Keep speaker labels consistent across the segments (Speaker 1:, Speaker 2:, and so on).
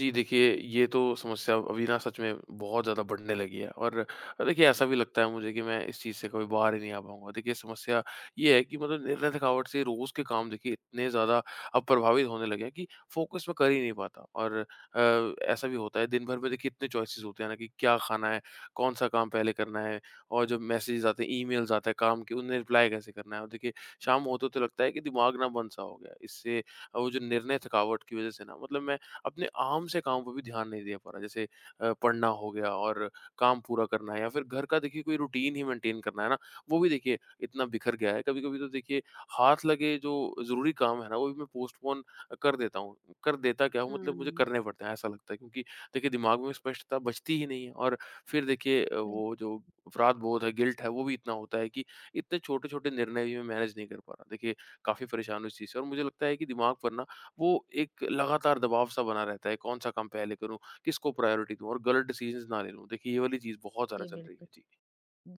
Speaker 1: जी, देखिए ये तो समस्या अभी ना सच में बहुत ज़्यादा बढ़ने लगी है और देखिए ऐसा भी लगता है मुझे कि मैं इस चीज़ से कभी बाहर ही नहीं आ पाऊँगा। देखिए समस्या ये है कि मतलब निर्णय थकावट से रोज़ के काम देखिए इतने ज़्यादा अब प्रभावित होने लगे हैं कि फ़ोकस मैं कर ही नहीं पाता और ऐसा भी होता है दिन भर में देखिए इतने चॉइसेस होते हैं ना कि क्या खाना है, कौन-सा काम पहले करना है और जब मैसेजेस आते हैं, ईमेल्स आते हैं काम के, उन्हें रिप्लाई कैसे करना है और देखिए शाम होते-होते लगता है कि दिमाग ना बंद-सा हो गया है। इससे वो जो निर्णय थकावट की वज़ह से ना मतलब मैं अपने आम से काम पे भी ध्यान नहीं दे पा रहा जैसे पढ़ना हो गया और काम पूरा करना है या फिर घर का देखिए कोई रूटीन ही मेंटेन करना है ना वो भी देखिए इतना बिखर गया है कभी कभी तो देखिए हाथ लगे जो ज़रूरी काम है ना वो भी मैं पोस्टपोन कर देता हूँ। कर देता क्या हूँ, मतलब मुझे
Speaker 2: हाँ,
Speaker 1: करने पड़ते हैं ऐसा लगता है क्योंकि देखिए दिमाग में स्पष्टता बचती ही नहीं है और फिर देखिए वो जो अपराध बोध है गिल्ट है वो भी इतना होता है कि इतने छोटे छोटे निर्णय भी मैं मैनेज नहीं कर पा रहा। देखिए काफ़ी परेशान हूँ इस चीज़ से और मुझे लगता है कि दिमाग पर ना वो एक लगातार दबाव सा बना रहता है, कौन-सा काम पहले करूँ, किसको प्रायोरिटी दूँ और गलत डिसीजंस ना ले लूँ। देखिए, ये वाली चीज़ बहुत ज़्यादा
Speaker 2: जी
Speaker 1: चल रही
Speaker 2: बिल्कुल।
Speaker 1: है। जी।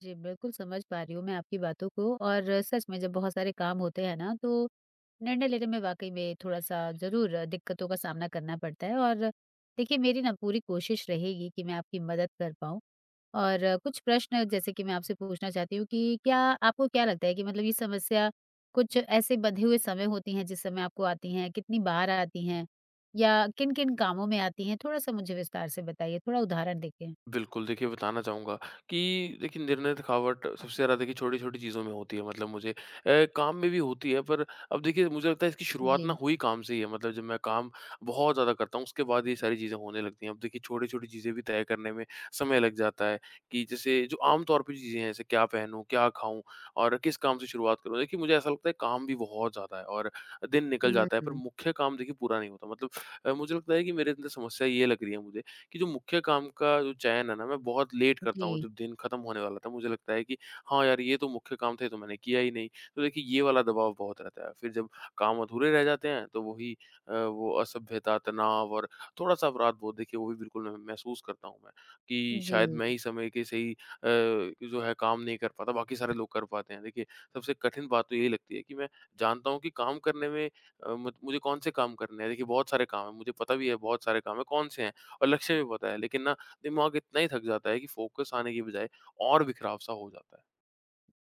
Speaker 2: जी, बिल्कुल समझ पा रही हूँ मैं आपकी बातों को और सच में जब बहुत सारे काम होते हैं ना तो निर्णय लेने में वाक़ई में थोड़ा-सा ज़रूर दिक्कतों का सामना करना पड़ता है और देखिए मेरी ना पूरी कोशिश रहेगी कि मैं आपकी मदद कर पाऊँ। और कुछ प्रश्न जैसे कि मैं आपसे पूछना चाहती हूँ कि क्या आपको क्या लगता है कि मतलब ये समस्या कुछ ऐसे बंधे हुए समय होती हैं जिस समय आपको आती हैं? कितनी बार आती हैं? या किन-किन कामों में आती हैं? थोड़ा-सा मुझे विस्तार से बताइए, थोड़ा उदाहरण देके।
Speaker 1: बिल्कुल, देखिए बताना चाहूँगा कि देखिए निर्णय थकावट सबसे ज़्यादा देखिए छोटी-छोटी चीज़ों में होती है मतलब मुझे काम में भी होती है पर अब देखिए मुझे लगता है इसकी शुरुआत
Speaker 2: जी।
Speaker 1: ना हुई काम से ही है। मतलब जब मैं काम बहुत ज़्यादा करता हूँ उसके बाद ये सारी चीज़ें होने लगती हैं। अब देखिए छोटी-छोटी चीज़ें भी तय करने में समय लग जाता है कि जैसे जो आम तौर पे चीज़ें हैं जैसे क्या पहनूँ, क्या खाऊँ और किस काम से शुरुआत करूँ? देखिए मुझे ऐसा लगता है काम भी बहुत ज़्यादा है और दिन निकल जाता है पर
Speaker 2: हुँ,
Speaker 1: मुख्य काम देखिए पूरा नहीं होता। मतलब मुझे लगता है कि मेरे अंदर समस्या ये लग रही है मुझे कि जो मुख्य काम का जो चयन है ना, मैं बहुत लेट करता हूँ,
Speaker 2: जी,
Speaker 1: जब दिन खत्म होने वाला था, मुझे लगता है कि हाँ यार, ये तो मुख्य काम थे, ये तो मैंने किया ही नहीं। तो देखिए, ये वाला दबाव बहुत रहता है। फिर जब काम अधूरे रह जाते हैं, तो वही वो असभ्यता, तनाव और थोड़ा-सा अपराधबोध, देखिए, वो भी बिल्कुल मैं महसूस करता हूँ मैं, कि
Speaker 2: जी,
Speaker 1: शायद मैं ही समय के सही जो है, काम नहीं कर पाता, बाकी सारे लोग कर पाते हैं। देखिए, सबसे कठिन बात तो यही लगती है कि मैं जानता हूँ कि काम करने में अ, मत मुझे कौन से काम करने हैं। देखिए, बहुत सारे काम हैं, मुझे पता भी है, बहुत सारे काम हैं, कौन से हैं। और लक्ष्य भी पता है लेकिन ना दिमाग इतना ही थक जाता है कि फोकस आने की बजाय और बिखराव सा हो जाता है।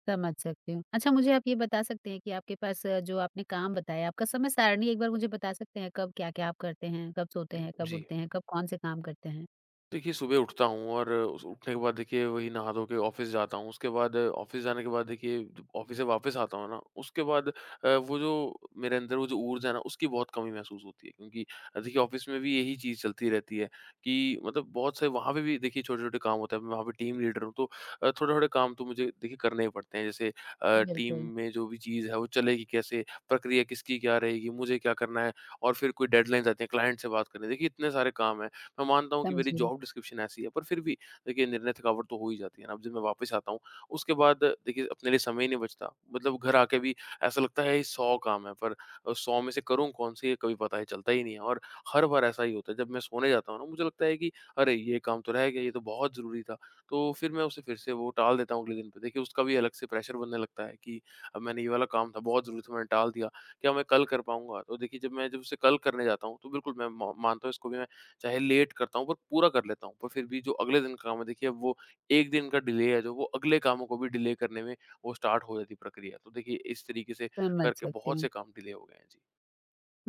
Speaker 2: समझ सकती हूँ। अच्छा मुझे आप ये बता सकते हैं कि आपके पास जो आपने काम बताया, आपका समय सारणी एक बार मुझे बता सकते हैं कब क्या-क्या आप करते हैं? कब सोते हैं, कब
Speaker 1: जी।
Speaker 2: उठते हैं, कब कौन से काम करते हैं?
Speaker 1: देखिए, सुबह उठता हूँ और उस उठने के बाद देखिए वही नहा धो के ऑफ़िस जाता हूँ। उसके बाद ऑफ़िस जाने के बाद देखिए जब ऑफ़िस से वापस आता हूँ ना, उसके बाद वो जो मेरे अंदर वो जो ऊर्जा है ना, उसकी बहुत कमी महसूस होती है। क्योंकि देखिए ऑफ़िस में भी यही चीज़ चलती रहती है कि मतलब बहुत से वहाँ पे भी देखिए छोटे-छोटे काम होते हैं। मैं वहाँ पे टीम लीडर हूँ तो थोड़े-थोड़े काम तो मुझे देखिए करने ही पड़ते हैं। जैसे टीम
Speaker 2: बिल्कुल,
Speaker 1: में जो भी चीज़ है वो चलेगी कैसे, प्रक्रिया किसकी क्या रहेगी, मुझे क्या करना है और फिर कोई डेडलाइन्स आती हैं, क्लाइंट से बात करनी है। देखिए इतने सारे काम हैं। मैं मानता हूँ कि मेरी
Speaker 2: समझी,
Speaker 1: जॉब डिस्क्रिप्शन ऐसी है पर फिर भी देखिए निर्णय थकावट तो हो ही जाती है ना। अब जब मैं वापस आता हूँ उसके बाद देखिए अपने लिए समय ही नहीं बचता। मतलब घर आके भी ऐसा लगता है ये सौ काम है पर सौ में से करूँ कौन से ये कभी पता ही चलता ही नहीं है। और हर बार ऐसा ही होता है जब मैं सोने जाता हूँ ना मुझे लगता है कि अरे ये काम तो रह गया, ये तो बहुत ज़रूरी था। तो फिर मैं उसे फिर से वो टाल देता हूँ अगले दिन पे। देखिए उसका भी अलग से प्रेशर बनने लगता है कि अब मैंने ये वाला काम था बहुत ज़रूरी था मैंने टाल दिया, क्या मैं कल कर पाऊंगा। तो देखिए जब उसे कल करने जाता हूँ तो बिल्कुल मैं मानता हूँ इसको भी मैं चाहे लेट करता हूँ पर पूरा कर लेता हूँ। पर फिर भी जो अगले दिन का काम है देखिए अब वो 1 दिन का डिले है जो वो अगले कामों को भी डिले करने में वो स्टार्ट हो जाती है प्रक्रिया। तो देखिए इस तरीके से
Speaker 2: समझ
Speaker 1: करके
Speaker 2: सकती
Speaker 1: बहुत
Speaker 2: हूँ।
Speaker 1: से काम डिले हो गए हैं। जी।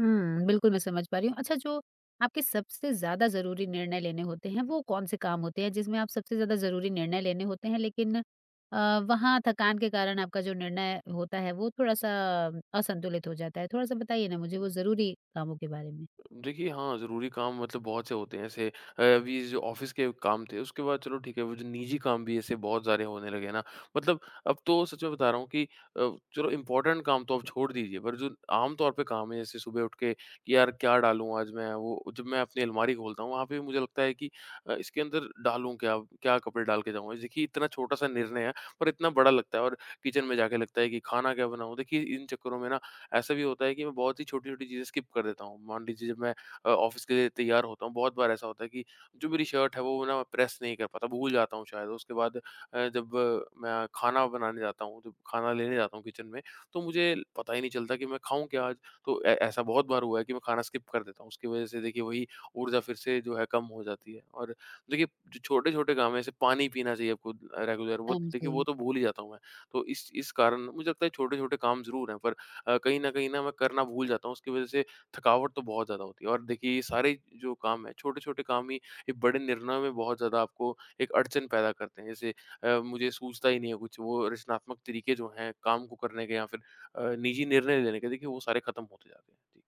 Speaker 2: हुँ, बिल्कुल मैं समझ पा रही हूँ। अच्छा जो आपके सबसे ज़्यादा ज़रूरी निर्णय लेने होते हैं, वो कौन-से काम होते हैं जिसमें आप सबसे ज़्यादा ज़रूरी निर्णय लेने होते हैं लेकिन वहाँ थकान के कारण आपका जो निर्णय होता है वो थोड़ा-सा असंतुलित हो जाता है? थोड़ा-सा बताइए ना मुझे वो ज़रूरी कामों के बारे में?
Speaker 1: देखिए हाँ, ज़रूरी काम मतलब बहुत से होते हैं ऐसे। अभी जो ऑफ़िस के काम थे उसके बाद चलो ठीक है, वो जो निजी काम भी ऐसे बहुत सारे होने लगे हैं ना, मतलब अब तो सच में बता रहा हूँ कि चलो इम्पोर्टेंट काम तो आप छोड़ दीजिए, पर जो आम तौर पे काम है जैसे सुबह उठ के कि यार क्या डालूँ आज मैं? वो जब मैं अपनी अलमारी खोलता हूँ वहाँ पे भी मुझे लगता है कि इसके अंदर डालूँ क्या? क्या कपड़े डाल के जाऊँगा? देखिए इतना छोटा-सा निर्णय है पर इतना बड़ा लगता है। और किचन में जाके लगता है कि खाना क्या बनाऊँ? देखिए इन चक्करों में ना ऐसा भी होता है कि मैं बहुत ही छोटी-छोटी चीज़ें स्किप कर देता हूँ। मान लीजिए जब मैं ऑफ़िस के लिए तैयार होता हूँ, बहुत बार ऐसा होता है कि जो मेरी शर्ट है वो ना प्रेस नहीं कर पाता, भूल जाता हूँ शायद। उसके बाद जब मैं खाना बनाने जाता हूँ, जब खाना लेने जाता हूँ किचन में, तो मुझे पता ही नहीं चलता कि मैं खाऊँ क्या आज? तो ऐ ऐसा बहुत बार हुआ है कि मैं खाना स्किप कर देता हूँ। उसकी वज़ह से देखिए वही ऊर्जा फिर से जो है कम हो जाती है। और देखिए जो छोटे-छोटे काम हैं, जैसे पानी पीना चाहिए आपको रेगुलर, वो देखिए वो
Speaker 2: जी।
Speaker 1: तो भूल ही जाता हूँ मैं। तो इस कारण मुझे लगता है छोटे-छोटे काम ज़रूर हैं पर कहीं न मैं करना भूल जाता हूँ, उसकी वज़ह से थकावट तो बहुत ज़्यादा होती है। और देखिए ये सारे जो काम है, छोटे-छोटे काम ही एक बड़े निर्णयों में बहुत ज़्यादा आपको एक अड़चन पैदा करते हैं। जैसे मुझे सूझता ही नहीं है कुछ, वो रचनात्मक तरीके जो हैं काम को करने के या फिर निजी निर्णय लेने के, देखिए वो सारे खत्म होते जाते हैं।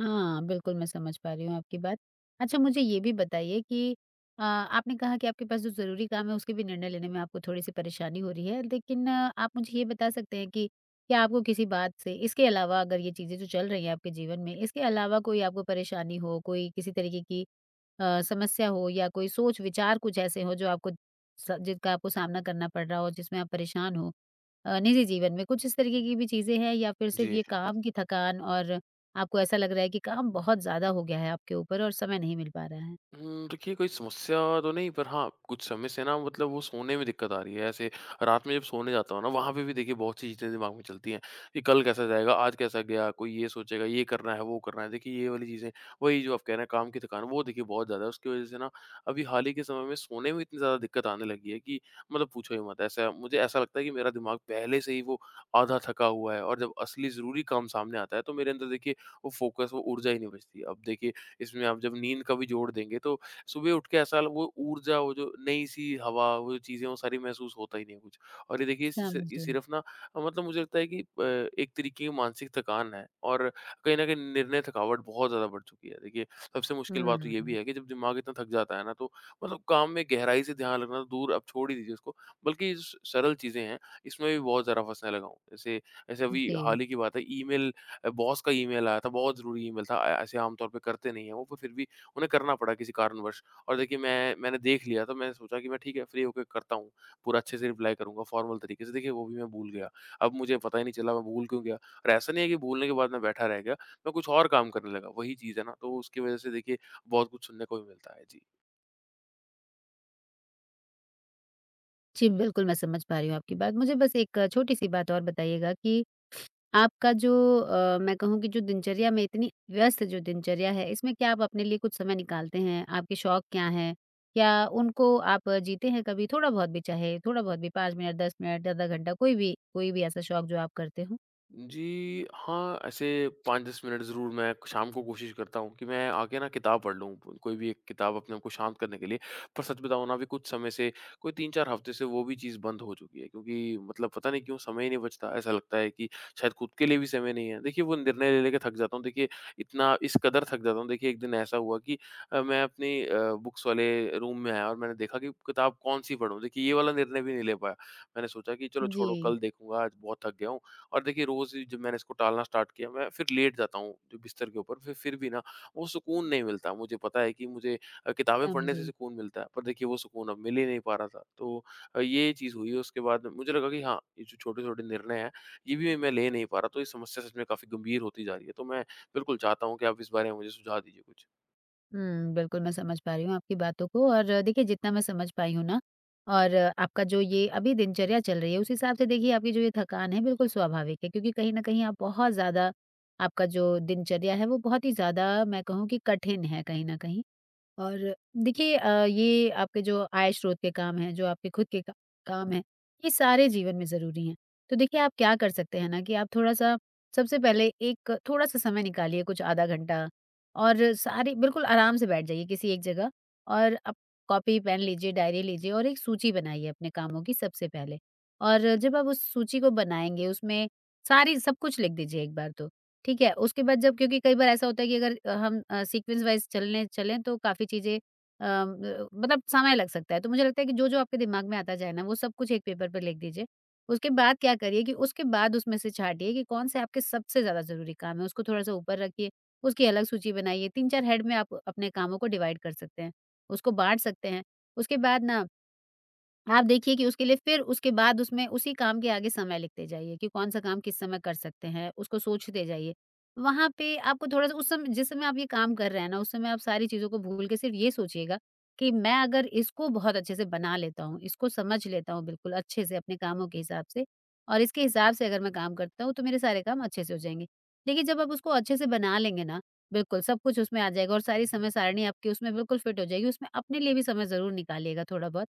Speaker 2: हाँ, बिल्कुल मैं समझ पा रही हूँ आपकी बात। अच्छा मुझे ये भी बताइए कि आपने कहा कि आपके पास जो ज़रूरी काम है उसके भी निर्णय लेने में आपको थोड़ी-सी परेशानी हो रही है। लेकिन आप मुझे ये बता सकते हैं कि क्या आपको किसी बात से इसके अलावा अगर ये चीज़ें जो चल रही हैं आपके जीवन में, इसके अलावा कोई आपको परेशानी हो, कोई किसी तरीके की समस्या हो या कोई सोच-विचार कुछ ऐसे हो जो आपको स जिनका आपको सामना करना पड़ रहा हो, जिसमें आप परेशान हो? निजी जीवन में कुछ इस तरीके की भी चीज़ें हैं या फिर सिर्फ़
Speaker 1: जी।
Speaker 2: ये काम की थकान और आपको ऐसा लग रहा है कि काम बहुत ज़्यादा हो गया है आपके ऊपर और समय नहीं मिल पा रहा है।
Speaker 1: हुँ, देखिए कोई समस्या तो नहीं पर हाँ, कुछ समय से ना मतलब वो सोने में दिक्कत आ रही है। ऐसे रात में जब सोने जाता हूँ ना वहाँ पे भी देखिए बहुत सी चीज़ें दिमाग में चलती हैं कि कल कैसा जाएगा, आज कैसा गया, कोई ये सोचेगा ये करना है, वो करना है। देखिए ये वाली चीज़ें वही जो आप कह रहे हैं काम की थकान वो देखिए बहुत ज़्यादा है। उसकी वज़ह से ना अभी हाल ही के समय में सोने में इतनी ज़्यादा दिक्कत आने लगी है कि मतलब पूछो ही मत। ऐसा लगता है कि मेरा दिमाग पहले से ही वो आधा थका हुआ है और जब असली ज़रूरी काम सामने आता है तो मेरे अंदर देखिए वो फ़ोकस, वो ऊर्जा ही नहीं बचती। अब देखिए इसमें आप जब नींद का भी जोड़ देंगे तो सुबह उठ के ऐसा वो ऊर्जा, वो जो नई-सी हवा, वो जो चीज़ें हैं, वो सारी महसूस होता ही नहीं है कुछ। और ये देखिए सी स ये
Speaker 2: समझी।
Speaker 1: सिर्फ़ ना मतलब मुझे लगता है कि एक तरीके की मानसिक थकान है और कहीं न कहीं निर्णय थकावट बहुत ज़्यादा बढ़ चुकी है। देखिए, सबसे मुश्किल बात तो ये भी
Speaker 2: हुँ।
Speaker 1: है कि जब दिमाग इतना थक जाता है ना तो मतलब काम में गहराई से ध्यान लगना तो दूर अब छोड़ ही दीजिए उसको, बल्कि जो स सरल चीज़ें हैं, इसमें भी बहुत ज़्यादा फँसने लगा हूँ। जैसे, ऐसे अभी
Speaker 2: जी।
Speaker 1: हाल ही की बात है ईमेल, बॉस का ईमेल आया था, बहुत ज़रूरी ईमेल था। ऐसे आम तौर पे करते नहीं हैं वो, पर फिर भी उन्हें करना पड़ा किसी कारणवश। और देखिए मैंने देख लिया तो मैंने सोचा कि मैं ठीक है फ्री होके करता हूँ, पूरा अच्छे से रिप्लाई करूँगा फ़ॉर्मल तरीके से। देखिए वो भी मैं भूल गया। अब मुझे पता ही नहीं चला मैं भूल क्यों गया? और ऐसा नहीं है कि भूलने के बाद मैं बैठा रह गया, मैं कुछ और काम करने लगा। वही चीज़ है ना, तो उसकी वज़ह से देखिए बहुत कुछ सुनने को भी मिलता है। जी।
Speaker 2: जी, बिल्कुल मैं समझ पा रही हूँ आपकी बात। मुझे बस एक छोटी-सी बात और बताइएगा कि आपका जो मैं कहूँ कि जो दिनचर्या में इतनी व्यस्त जो दिनचर्या है, इसमें क्या आप अपने लिए कुछ समय निकालते हैं? आपके शौक क्या हैं? क्या उनको आप जीते हैं कभी? थोड़ा-बहुत भी चाहे थोड़ा-बहुत भी 5 मिनट, 10 मिनट, आधा घंटा कोई भी ऐसा शौक जो आप करते हों?
Speaker 1: जी, हाँ, ऐसे 5-10 मिनट ज़रूर मैं शाम को कोशिश करता हूँ कि मैं आके ना किताब पढ़ लूँ, कोई भी एक किताब अपने आप को शांत करने के लिए। पर सच बताऊँ ना, अभी कुछ समय से, कोई 3-4 हफ़्ते से वो भी चीज़ बंद हो चुकी है क्योंकि मतलब पता नहीं क्यों समय ही नहीं बचता। ऐसा लगता है कि शायद खुद के लिए भी समय नहीं है। देखिए, वो निर्णय ले लेके थक जाता हूँ, देखिए इतना इस कदर थक जाता हूँ। देखिए, एक दिन ऐसा हुआ कि मैं अपनी बुक्स वाले रूम में आया और मैंने देखा कि किताब कौन-सी पढूँ। देखिए, ये वाला निर्णय भी नहीं ले पाया। मैंने सोचा कि चलो
Speaker 2: जी।
Speaker 1: छोड़ो, कल देखूँगा, आज बहुत थक गया हूँ। और देखिए रोज़ ही जब मैंने इसको टालना स्टार्ट किया मैं फिर लेट जाता हूँ जो बिस्तर के ऊपर फिर भी ना वो सुकून नहीं मिलता। मुझे पता है कि मुझे किताबें पढ़ने से
Speaker 2: समझी।
Speaker 1: सुकून मिलता है पर देखिए वो सुकून अब मिल ही नहीं पा रहा था तो ये चीज़ हुई उसके बाद मुझे लगा कि हाँ ये जो छोटे छोटे निर्णय हैं ये भी मैं ले नहीं पा रहा तो ये समस्या सच में काफ़ी गंभीर होती जा रही है तो मैं बिल्कुल चाहता हूँ कि आप इस बारे में मुझे सुझाव दीजिए कुछ।
Speaker 2: हुँ, बिल्कुल मैं समझ पा रही हूँ आपकी बातों को और देखिए जितना मैं समझ पाई हूँ ना और आपका जो ये अभी दिनचर्या चल रही है उस हिसाब से देखिए आपकी जो ये थकान है बिल्कुल स्वाभाविक है क्योंकि कहीं न कहीं आप बहुत ज़्यादा आपका जो दिनचर्या है वो बहुत ही ज़्यादा मैं कहूँ कि कठिन है कहीं न कहीं। और देखिए ये आपके जो आय स्रोत के काम हैं, जो आपके खुद के का काम हैं, ये सारे जीवन में ज़रूरी हैं। तो देखिए आप क्या कर सकते हैं ना कि आप थोड़ा-सा सबसे पहले एक थोड़ा-सा समय निकालिए कुछ आधा घंटा और सारी बिल्कुल आराम से बैठ जाइए किसी एक जगह और आप कॉपी, पेन लीजिए, डायरी लीजिए और एक सूची बनाइए अपने कामों की सबसे पहले। और जब आप उस सूची को बनाएँगे उसमें सारी सब कुछ लिख दीजिए एक बार तो। ठीक है, उसके बाद जब क्योंकि कई बार ऐसा होता है कि अगर हम सीक्वेंस वाइज़ चलने चलें तो काफ़ी चीज़ें म मतलब समय लग सकता है। तो मुझे लगता है कि जो-जो आपके दिमाग में आता जाए ना, वो सब कुछ एक पेपर पे लिख दीजिए। उसके बाद क्या करिए कि उसके बाद उसमें से छाँटिए कि कौन से आपके सबसे ज़्यादा ज़रूरी काम हैं, उसको थोड़ा-सा ऊपर रखिए, उसकी अलग सूची बनाइए। 3-4 हेड में आप अपने कामों को डिवाइड कर सकते हैं, उसको बाँट सकते हैं। उसके बाद ना आप देखिए कि उसके लिए फिर उसके बाद उसमें उसी काम के आगे समय लिखते जाइए कि कौन सा काम किस समय कर सकते हैं, उसको सोचते जाइए। वहाँ पे आपको थोड़ा-सा उस समय जिस समय आप ये काम कर रहे हैं ना, उस समय आप सारी चीज़ों को भूल के सिर्फ़ ये सोचिएगा कि मैं अगर इसको बहुत अच्छे से बना लेता हूँ, इसको समझ लेता हूँ बिल्कुल अच्छे से अपने कामों के हिसाब से और इसके हिसाब से अगर मैं काम करता हूँ, तो मेरे सारे काम अच्छे से हो जाएँगे। देखिए, जब आप उसको अच्छे से बना लेंगे ना, बिल्कुल सब कुछ उसमें आ जाएगा और सारी समय सारिणी आपकी उसमें बिल्कुल फिट हो जाएगी। उसमें अपने लिए भी समय ज़रूर निकालिएगा थोड़ा बहुत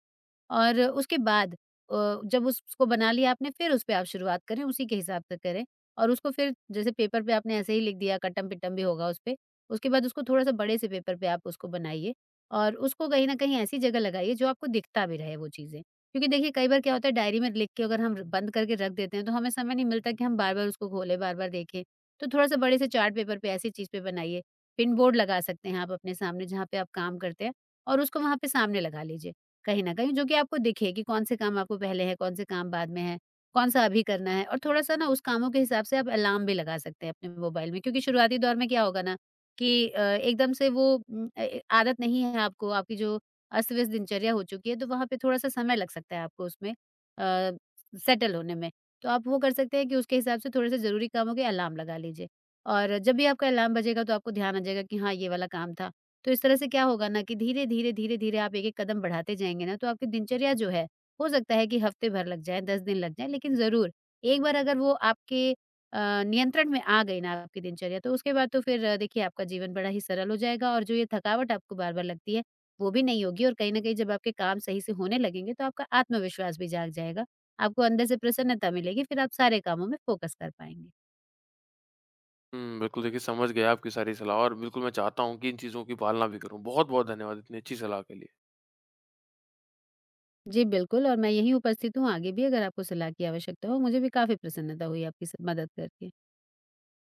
Speaker 2: और उसके बाद अ, जब उसको बना लिया आपने फिर उसपे आप शुरुआत करें, उसी के हिसाब से करें और उसको फिर जैसे पेपर पे आपने ऐसे ही लिख दिया कट्टम-पिट्टम भी होगा उसपे, उसके बाद उसको थोड़ा-सा बड़े से पेपर पे आप उसको बनाइए और उसको कहीं न कहीं ऐसी जगह लगाइए जो आपको दिखता भी रहे वो चीज़ें। क्योंकि देखिए कई बार क्या होता है डायरी में लिख के अगर हम बंद करके रख देते हैं तो हमें समय नहीं मिलता कि हम बार-बार उसको खोलें, बार-बार देखें। तो थोड़ा-सा बड़े से चार्ट पेपर पे ऐसी चीज़ पे बनाइए, पिन बोर्ड लगा सकते हैं आप अपने सामने जहाँ पे आप काम करते हैं और उसको वहाँ पे सामने लगा लीजिए। कहीं न कहीं, जो कि आपको दिखे कि कौन से काम आपको पहले है, कौन से काम बाद में है, कौन-सा अभी करना है और थोड़ा-सा ना उस कामों के हिसाब से आप अलार्म भी लगा सकते हैं अपने मोबाइल में क्योंकि शुरुआती दौर में क्या होगा ना कि एकदम से वो ए आदत नहीं है आपको, आपकी जो अस्त-व्यस्त दिनचर्या हो चुकी है, तो वहाँ पे थोड़ा-सा समय लग सकता है आपको उसमें सेटल होने में। तो आप वो कर सकते हैं कि उसके हिसाब से थोड़े-से ज़रूरी कामों के अलार्म लगा लीजिए और जब भी आपका अलार्म बजेगा तो आपको ध्यान आ जाएगा कि हाँ, ये वाला काम था। तो इस तरह से क्या होगा ना कि धीरे-धीरे, धीरे-धीरे आप एक-एक कदम बढ़ाते जाएँगे ना, तो आपकी दिनचर्या जो है, हो सकता है कि हफ्ते भर लग जाए, 10 दिन लग जाए, लेकिन ज़रूर एक बार अगर वो आपके नियंत्रण में आ गई ना आपकी दिनचर्या, तो उसके बाद तो फिर देखिए आपका जीवन बड़ा ही सरल हो जाएगा और जो ये थकावट आपको बार-बार लगती है, वो भी नहीं होगी और कहीं न कहीं जब आपके काम सही से होने लगेंगे, तो आपका आत्मविश्वास भी जाग जाएगा। आपको अंदर से प्रसन्नता मिलेगी, फिर आप सारे कामों में फ़ोकस कर पाएँगे।
Speaker 1: हम्म, बिल्कुल देखिए समझ गया आपकी सारी सलाह और बिल्कुल मैं चाहता हूँ कि इन चीज़ों की पालना भी करूँ। बहुत बहुत धन्यवाद इतनी अच्छी सलाह के लिए।
Speaker 2: जी, बिल्कुल और मैं यहीं उपस्थित हूँ, आगे भी अगर आपको सलाह की आवश्यकता हो, मुझे भी काफ़ी प्रसन्नता हुई आपकी स मदद करके।